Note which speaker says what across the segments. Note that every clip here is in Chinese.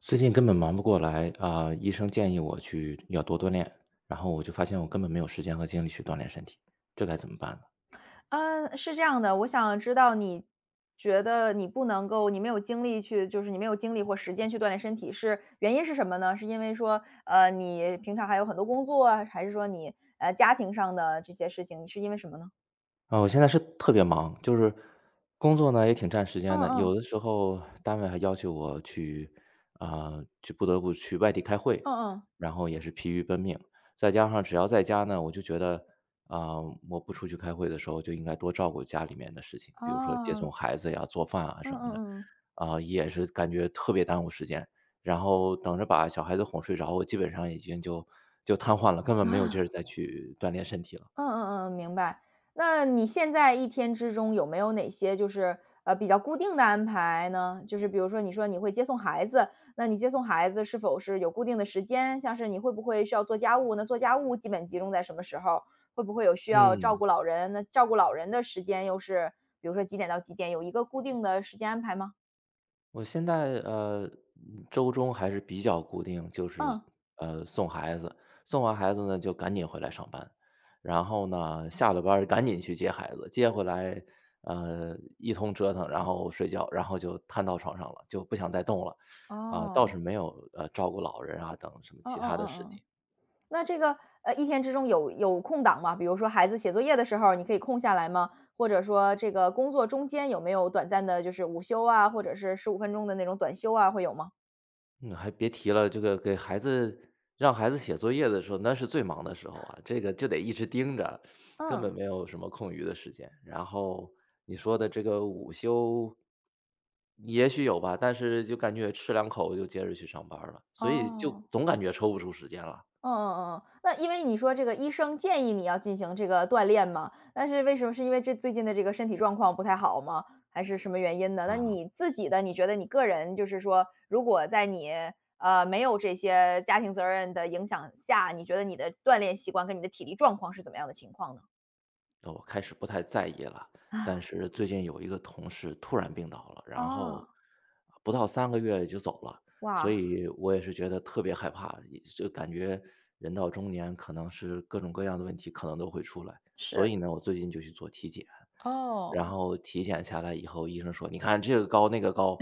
Speaker 1: 最近根本忙不过来啊，医生建议我去要多锻炼，然后我就发现我根本没有时间和精力去锻炼身体，这该怎么办呢？
Speaker 2: 嗯，是这样的，我想知道你觉得你不能够你没有精力去就是你没有精力或时间去锻炼身体，原因是什么呢？是因为说，你平常还有很多工作啊还是说你，家庭上的这些事情，你是因为什么呢？
Speaker 1: 啊，我现在是特别忙，就是工作呢也挺占时
Speaker 2: 嗯
Speaker 1: 间的，
Speaker 2: 嗯，
Speaker 1: 有的时候单位还要求我去啊，就不得不去外地开会，
Speaker 2: 嗯嗯，
Speaker 1: 然后也是疲于奔命。再加上只要在家呢，我就觉得啊，我不出去开会的时候就应该多照顾家里面的事情，比如说接
Speaker 2: 哦，
Speaker 1: 送孩子呀、做饭啊
Speaker 2: 嗯
Speaker 1: 什么
Speaker 2: 嗯
Speaker 1: 的。
Speaker 2: 嗯嗯啊，嗯嗯嗯
Speaker 1: 啊，也是感觉特别耽误时间。然后等着把小孩子哄睡着，我基本上已经就瘫痪了，根本没有劲儿再去锻炼身体了。
Speaker 2: 嗯嗯嗯，明白。那你现在一天之中有没有哪些就是，比较固定的安排呢？就是比如说你说你会接送孩子，那你接送孩子是否是有固定的时间？像是你会不会需要做家务？那做家务基本集中在什么时候？会不会有需要照
Speaker 1: 嗯，
Speaker 2: 顾老人？那照顾老人的时间又是比如说几点到几点，有一个固定的时间安排吗？
Speaker 1: 我现在周中还是比较固定，就是
Speaker 2: 嗯，
Speaker 1: 送孩子，送完孩子呢就赶紧回来上班，然后呢下了班儿赶紧去接孩子，接回来一通折腾，然后睡觉，然后就瘫到床上了，就不想再动了，啊、倒
Speaker 2: 哦，
Speaker 1: 是没有照顾老人啊等什么
Speaker 2: 嗯嗯
Speaker 1: 其他的
Speaker 2: 嗯
Speaker 1: 事
Speaker 2: 嗯。
Speaker 1: 情。
Speaker 2: 那这个，一天之中有空档吗？比如说孩子写作业的时候，你可以空下来吗？或者说这个工作中间有没有短暂的，就是午休啊，或者是15分钟的那种短休啊，会有吗？
Speaker 1: 那还别提了，这个给孩子让孩子写作业的时候，那是最忙的时候啊，这个就得一直盯着，根本
Speaker 2: 嗯，
Speaker 1: 没有什么空余的时间。然后你说的这个午休，也许有吧，但是就感觉吃两口就接着去上班儿了，所以就
Speaker 2: 哦。
Speaker 1: 总感觉抽不出时间了
Speaker 2: 嗯嗯嗯，那因为你说这个医生建议你要进行这个锻炼嘛，但是为什么？是因为这最近的这个身体状况不太好吗？还是什么原因呢？那
Speaker 1: 啊。
Speaker 2: 你自己的，你觉得你个人就是说，如果在你没有这些家庭责任的影响下，你觉得你的锻炼习惯跟你的体力状况是怎么样的情况呢？
Speaker 1: 那我开始不太在意了，但
Speaker 2: 啊，
Speaker 1: 是最近有一个同事突然病倒了，然后
Speaker 2: 哦，
Speaker 1: 不到三个月就走了，所
Speaker 2: 哇，
Speaker 1: 以我也是觉得特别害怕，也就感觉人到中年可能是各种各样的问题可能都会出来。所
Speaker 2: 是，
Speaker 1: 以呢，我最近就去做体检，
Speaker 2: 哦，
Speaker 1: 然后体检下来以后，医生说：“你看这个高那个高，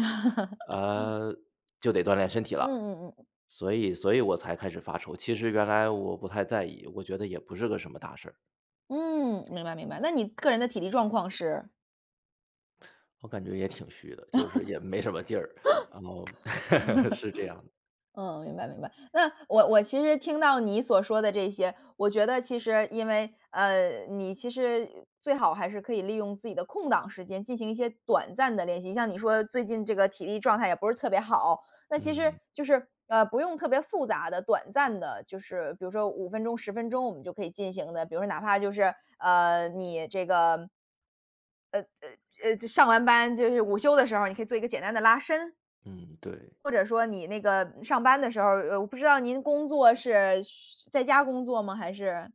Speaker 1: 呃，就得锻炼身体了。”
Speaker 2: 嗯嗯
Speaker 1: 所以我才开始发愁，其实原来我不太在意，我觉得也不是个什么大事儿。
Speaker 2: 嗯嗯，明白明白。那你个人的体力状况是？
Speaker 1: 我感觉也挺虚的，就是也没什么劲儿，然后 是这样的。
Speaker 2: 嗯，明白明白。那我其实听到你所说的这些，我觉得其实因为你其实最好还是可以利用自己的空档时间进行一些短暂的练习。像你说最近这个体力状态也不是特别好，那其实
Speaker 1: 嗯，
Speaker 2: 就是不用特别复杂的、短暂的，就是比如说5分钟、10分钟，我们就可以进行的。比如说哪怕就是你这个上完班就是午休的时候，你可以做一个简单的拉伸，
Speaker 1: 嗯，对，
Speaker 2: 或者说你那个上班的时候儿我不知道您工作是需在家工作吗？还是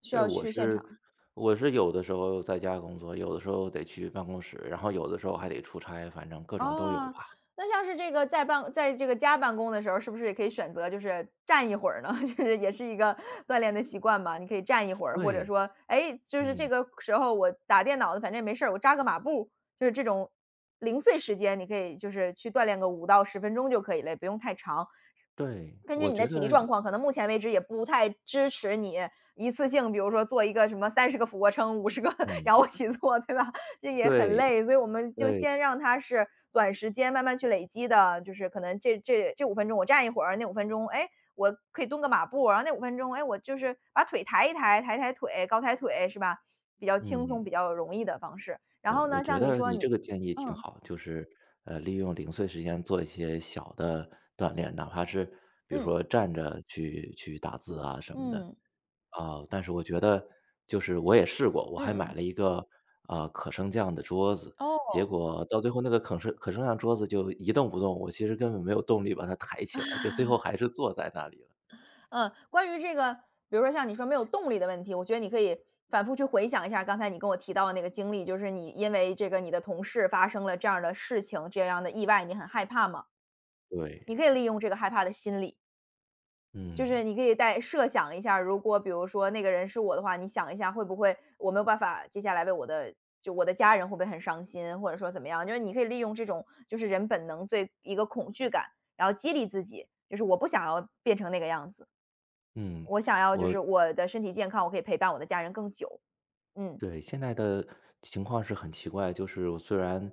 Speaker 2: 需
Speaker 1: 对，
Speaker 2: 要
Speaker 1: 我
Speaker 2: 去现
Speaker 1: 是
Speaker 2: 场？
Speaker 1: 有的时候在家工作，有的时候得去办公室，然后有的时候还得出差，反正各种都有
Speaker 2: 哦，
Speaker 1: 吧。
Speaker 2: 那像是这个在办在这个家办公的时候，是不是也可以选择就是站一会儿呢？就是也是一个锻炼的习惯嘛，你可以站一会儿，或者
Speaker 1: 对，
Speaker 2: 说，哎，就是这
Speaker 1: 嗯，
Speaker 2: 个时候我打电脑的，反正也没事儿，我扎个马步，就是这种零碎时间，你可以就是去锻炼个5到10分钟就可以了，也不用太长。
Speaker 1: 对，
Speaker 2: 根据
Speaker 1: 我
Speaker 2: 你的
Speaker 1: 觉
Speaker 2: 体力
Speaker 1: 得
Speaker 2: 状况，可能目前为止也不太支持你一次性，比如说做一个什么30个俯卧撑、50个
Speaker 1: 嗯，
Speaker 2: 仰卧起坐，对吧？这也很
Speaker 1: 对，
Speaker 2: 累，所以我们就
Speaker 1: 对，
Speaker 2: 先让它是短时间慢慢去累积的，就是可能这五分钟我站一会儿，那五分钟哎我可以蹲个马步，然后那五分钟哎我就是把腿抬一抬，抬抬腿，高抬腿是吧？比较轻
Speaker 1: 嗯，
Speaker 2: 松、比较容易的方式。然
Speaker 1: 对，
Speaker 2: 后
Speaker 1: 我
Speaker 2: 呢，
Speaker 1: 觉
Speaker 2: 像你
Speaker 1: 得
Speaker 2: 说
Speaker 1: 你
Speaker 2: 你，
Speaker 1: 这个建议挺
Speaker 2: 嗯
Speaker 1: 好，就是，利用零碎时间做一些小的锻炼，哪怕是比如
Speaker 2: 嗯
Speaker 1: 说站着去打字啊什么的，
Speaker 2: 嗯
Speaker 1: 啊，但是我觉得就是我也试过，我
Speaker 2: 嗯
Speaker 1: 还买
Speaker 2: 嗯，
Speaker 1: 了一个，可升降的桌子，
Speaker 2: 哦。
Speaker 1: 结果到最后那个可升降桌子就一动不动，我其实根本没有动力把它抬起来，就最后还是坐在那里了。
Speaker 2: 嗯，关于这个，比如说像你说没有动力的问题，我觉得你可以反复去回想一下刚才你跟我提到的那个经历，就是你因为这个你的同事发生了这样的事情，这样的意外，你很害怕嘛？你
Speaker 1: 对，
Speaker 2: 可以利用这个害怕的心理，就是
Speaker 1: 嗯，
Speaker 2: 你可以再设想一下，如果比如说那个人是我的话，你想一下会不会我没有办法接下来为我的我的家人会不会很伤心，或者说怎么样？就是你可以利用这种就是人本能最一个恐惧感，然后激励自己，就是我不想要变成那个样子。
Speaker 1: 嗯，
Speaker 2: 我想要就
Speaker 1: 我
Speaker 2: 是我的身体健康，我可以陪伴我的家人更久。嗯。
Speaker 1: 对，现在的情况是很奇怪，就是我虽然，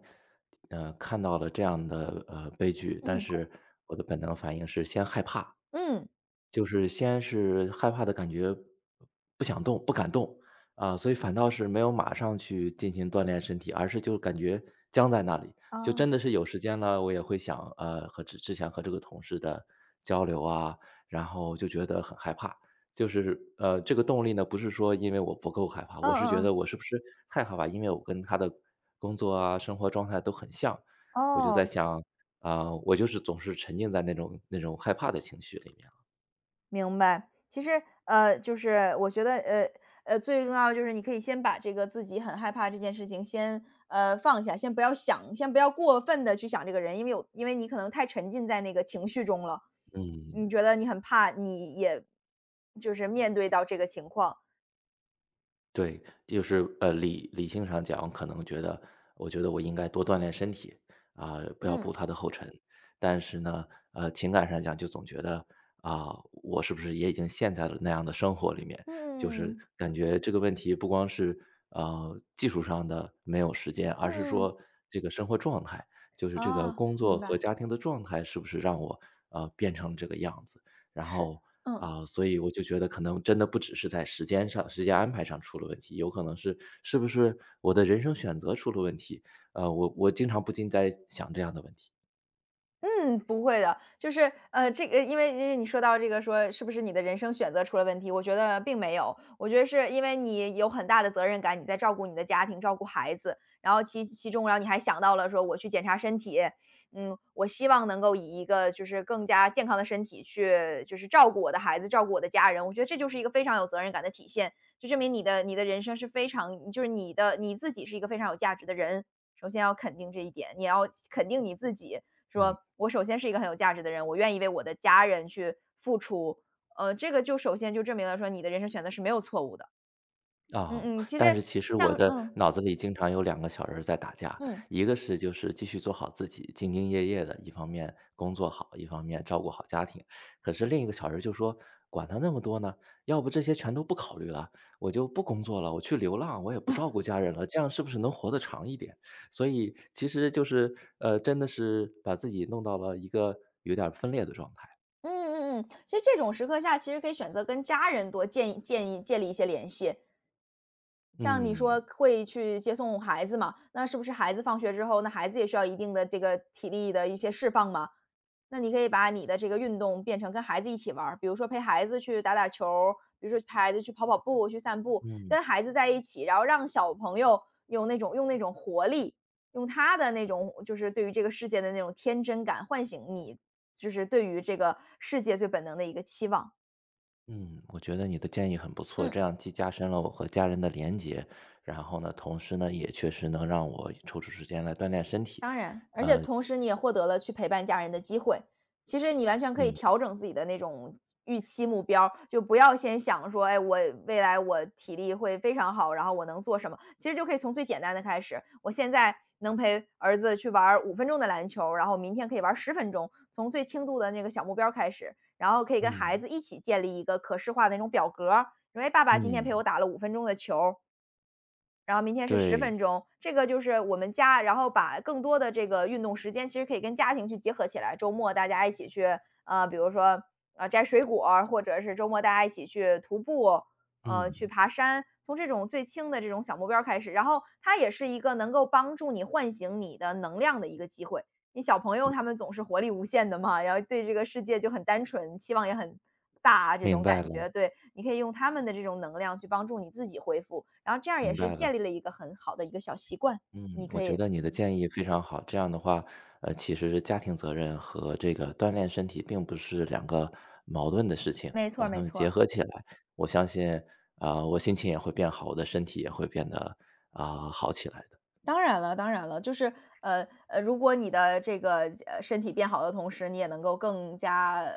Speaker 1: 看到了这样的，悲剧，但
Speaker 2: 嗯，
Speaker 1: 是我的本能反应是先害怕，
Speaker 2: 嗯，
Speaker 1: 就是先是害怕的感觉，不想动、不敢动，啊，所以反倒是没有马上去进行锻炼身体，而是就感觉僵在那里。就真
Speaker 2: 啊，
Speaker 1: 的是有时间了，我也会想，和之前和这个同事的交流啊，然后就觉得很害怕。就是这个动力呢，不是说因为我不够害怕，
Speaker 2: 嗯
Speaker 1: 我是觉
Speaker 2: 嗯嗯，
Speaker 1: 得我是不是太害怕？因为我跟他的工作啊、生活状态都很像，我就在
Speaker 2: 哦，
Speaker 1: 想啊、我就是总是沉浸在那种害怕的情绪里面。
Speaker 2: 明白。其实，就是我觉得，最重要的就是你可以先把这个自己很害怕这件事情先，放下，先不要想，先不要过分的去想这个人，因为你可能太沉浸在那个情绪中了，
Speaker 1: 嗯，
Speaker 2: 你觉得你很怕，你也就是面对到这个情况。
Speaker 1: 对，就是理性上讲，可能觉得，我觉得我应该多锻炼身体，啊、不要
Speaker 2: 嗯，
Speaker 1: 步他的后尘。但是呢，情感上讲，就总觉得啊、我是不是也已经陷在了那样的生活里面？就
Speaker 2: 嗯
Speaker 1: 是
Speaker 2: 嗯
Speaker 1: 感觉这个问题不光是技术上的没有时间，而是
Speaker 2: 嗯，
Speaker 1: 说这个生活状态，就是这个
Speaker 2: 啊，
Speaker 1: 工作
Speaker 2: 明
Speaker 1: 和
Speaker 2: 白，
Speaker 1: 家庭的状态，是不是让我变成这个样子？然
Speaker 2: 是，
Speaker 1: 后
Speaker 2: 嗯。
Speaker 1: 啊，所以我就觉得可能真的不只是在时间上时间安排上出了问题，有可能是是不是我的人生选择出了问题，我经常不禁在想这样的问题。
Speaker 2: 嗯，不会的，就是这个因为你说到这个说是不是你的人生选择出了问题，我觉得并没有，我觉得是因为你有很大的责任感，你在照顾你的家庭，照顾孩子，然后其中，然后你还想到了说我去检查身体，嗯，我希望能够以一个就是更加健康的身体去就是照顾我的孩子，照顾我的家人，我觉得这就是一个非常有责任感的体现，就证明你的人生是非常就是你自己是一个非常有价值的人，首先要肯定这一点，你要肯定你自己。说
Speaker 1: 嗯。
Speaker 2: 我首先是一个很有价值的人，我愿意为我的家人去付出，这个就首先就证明了说你的人生选择是没有错误的。嗯
Speaker 1: 啊，
Speaker 2: 嗯，其实
Speaker 1: 但是其实
Speaker 2: 像
Speaker 1: 我的
Speaker 2: 嗯
Speaker 1: 脑子里经常有两个小人儿在打架，
Speaker 2: 嗯。
Speaker 1: 一个是就是继续做好自己，兢兢业业的，一方面工作好，一方面照顾好家庭。可是另一个小人儿就说：“管他那么多呢，要不这些全都不考虑了，我就不工作了，我去流浪，我也不照顾家人了，这样是不是能活得长一点？”所以其实就是，真的是把自己弄到了一个有点儿分裂的状态。
Speaker 2: 嗯嗯嗯，其实这种时刻下，其实可以选择跟家人多建立一些联系，像你说
Speaker 1: 嗯，
Speaker 2: 会去接送孩子嘛，那是不是孩子放学之后，那孩子也需要一定的这个体力的一些释放嘛？那你可以把你的这个运动变成跟孩子一起玩儿，比如说陪孩子去打打球儿比如说陪孩子去跑跑步、去散步，
Speaker 1: 嗯。
Speaker 2: 跟孩子在一起，然后让小朋友用那种活力，用他的那种就是对于这个世界的那种天真感，唤醒你就是对于这个世界最本能的一个期望。
Speaker 1: 嗯，我觉得你的建议很不错，
Speaker 2: 嗯。
Speaker 1: 这样既加深了我和家人的连结，然后呢，同时呢，也确实能让我抽出时间来锻炼身体。
Speaker 2: 当然，而且
Speaker 1: 呃，
Speaker 2: 同时你也获得了去陪伴家人的机会。其实你完全可以
Speaker 1: 嗯
Speaker 2: 调整自己的那种预期目标，就不要先想说，哎，未来我体力会非常好，然后我能做什么？其实就可以从最简单的开始。我现在能陪儿子去玩五分钟的篮球，然后明天可以玩十分钟，从最轻度的那个小目标开始，然后可以跟孩
Speaker 1: 嗯
Speaker 2: 子一起建立一个可视化的那种表格儿。说，哎，爸爸今天陪
Speaker 1: 嗯，
Speaker 2: 我打了五分钟的球，然后明天是十分
Speaker 1: 对，
Speaker 2: 钟，这个就是我们家然后把更多的这个运动时间其实可以跟家庭去结合起来，周末大家一起去，比如说，摘水果儿或者是周末大家一起去徒步，去
Speaker 1: 嗯，
Speaker 2: 爬山，从这种最轻的这种小目标儿开始，然后它也是一个能够帮助你唤醒你的能量的一个机会。你小朋友他
Speaker 1: 嗯
Speaker 2: 们总是活力无限的嘛，然后对这个世界就很单纯，期望也很大啊这
Speaker 1: 明
Speaker 2: 种
Speaker 1: 白
Speaker 2: 感
Speaker 1: 了，
Speaker 2: 觉。对，你可以用他们的这种能量去帮助你自己恢复，然后这样也
Speaker 1: 明
Speaker 2: 是
Speaker 1: 白了。
Speaker 2: 建立了一个很好的一个小习惯，
Speaker 1: 嗯，
Speaker 2: 你可
Speaker 1: 我
Speaker 2: 以
Speaker 1: 觉得你的
Speaker 2: 嗯。
Speaker 1: 建议非常好，这样的话，其实家庭责任和这个锻炼身体并不是两个矛盾的事情，
Speaker 2: 没错
Speaker 1: 把
Speaker 2: 儿
Speaker 1: 它
Speaker 2: 没
Speaker 1: 们
Speaker 2: 错
Speaker 1: 结
Speaker 2: 儿。
Speaker 1: 合起来，我相信，啊、我心情也会变好，我的身体也会变得啊、好起来的。
Speaker 2: 当然了，当然了，就是如果你的这个身体变好的同时，你也能够更加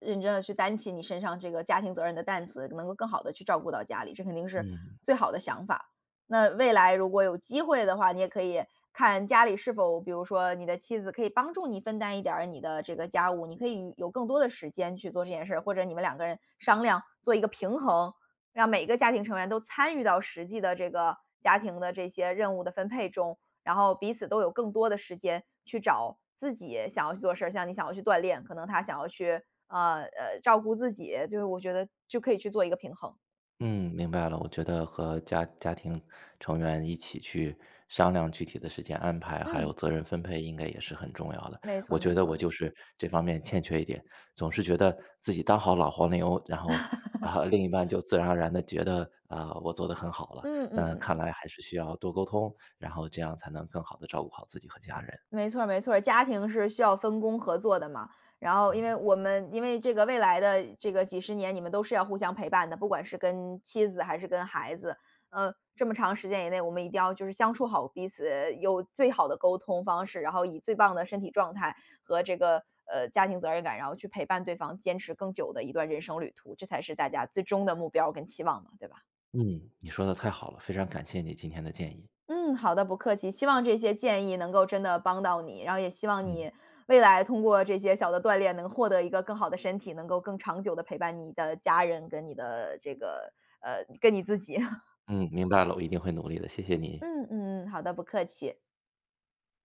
Speaker 2: 认真的去担起你身上这个家庭责任的担子，能够更好的去照顾到家里，这肯定是
Speaker 1: 嗯。
Speaker 2: 最好的想法。那未来如果有机会的话，你也可以看家里是否，比如说你的妻子可以帮助你分担一点儿你的这个家务，你可以有更多的时间去做这件事儿，或者你们两个人商量做一个平衡，让每一个家庭成员都参与到实际的这个家庭的这些任务的分配中，然后彼此都有更多的时间去找自己想要去做事儿。像你想要去锻炼，可能他想要去照顾自己，就是我觉得就可以去做一个平衡。
Speaker 1: 嗯，明白了。我觉得和家庭成员一起去商量具体的时间安排，还
Speaker 2: 嗯，
Speaker 1: 有责任分配，应该也是很重要的。
Speaker 2: 没错儿
Speaker 1: 我
Speaker 2: 没
Speaker 1: 觉得
Speaker 2: 错
Speaker 1: 我
Speaker 2: 儿。
Speaker 1: 就是这方面欠缺一点，总是觉得自己当好老黄牛，然后啊、另一半就自然而然的觉得啊、我做的很好了。
Speaker 2: 嗯嗯
Speaker 1: 那看
Speaker 2: 嗯。
Speaker 1: 来还是需要多沟通，然后这样才能更好的照顾好自己和家人。
Speaker 2: 没错儿没错儿，家庭是需要分工合作的嘛。然后因为我们因为这个未来的这个几十年，你们都是要互相陪伴的，不管是跟妻子还是跟孩子。这么长时间以内，我们一定要就是相处好彼此，有最好的沟通方式，然后以最棒的身体状态和这个，家庭责任感，然后去陪伴对方，坚持更久的一段人生旅途，这才是大家最终的目标跟期望嘛，对吧？
Speaker 1: 嗯，你说的太好了，非常感谢你今天的建议。
Speaker 2: 嗯，好的，不客气。希望这些建议能够真的帮到你，然后也希望
Speaker 1: 嗯
Speaker 2: 你未来通过这些小的锻炼，能获得一个更好的身体，能够更长久的陪伴你的家人跟你的这个跟你自己。
Speaker 1: 嗯，明白了，我一定会努力的，谢谢你。
Speaker 2: 嗯嗯，嗯好的，不客气。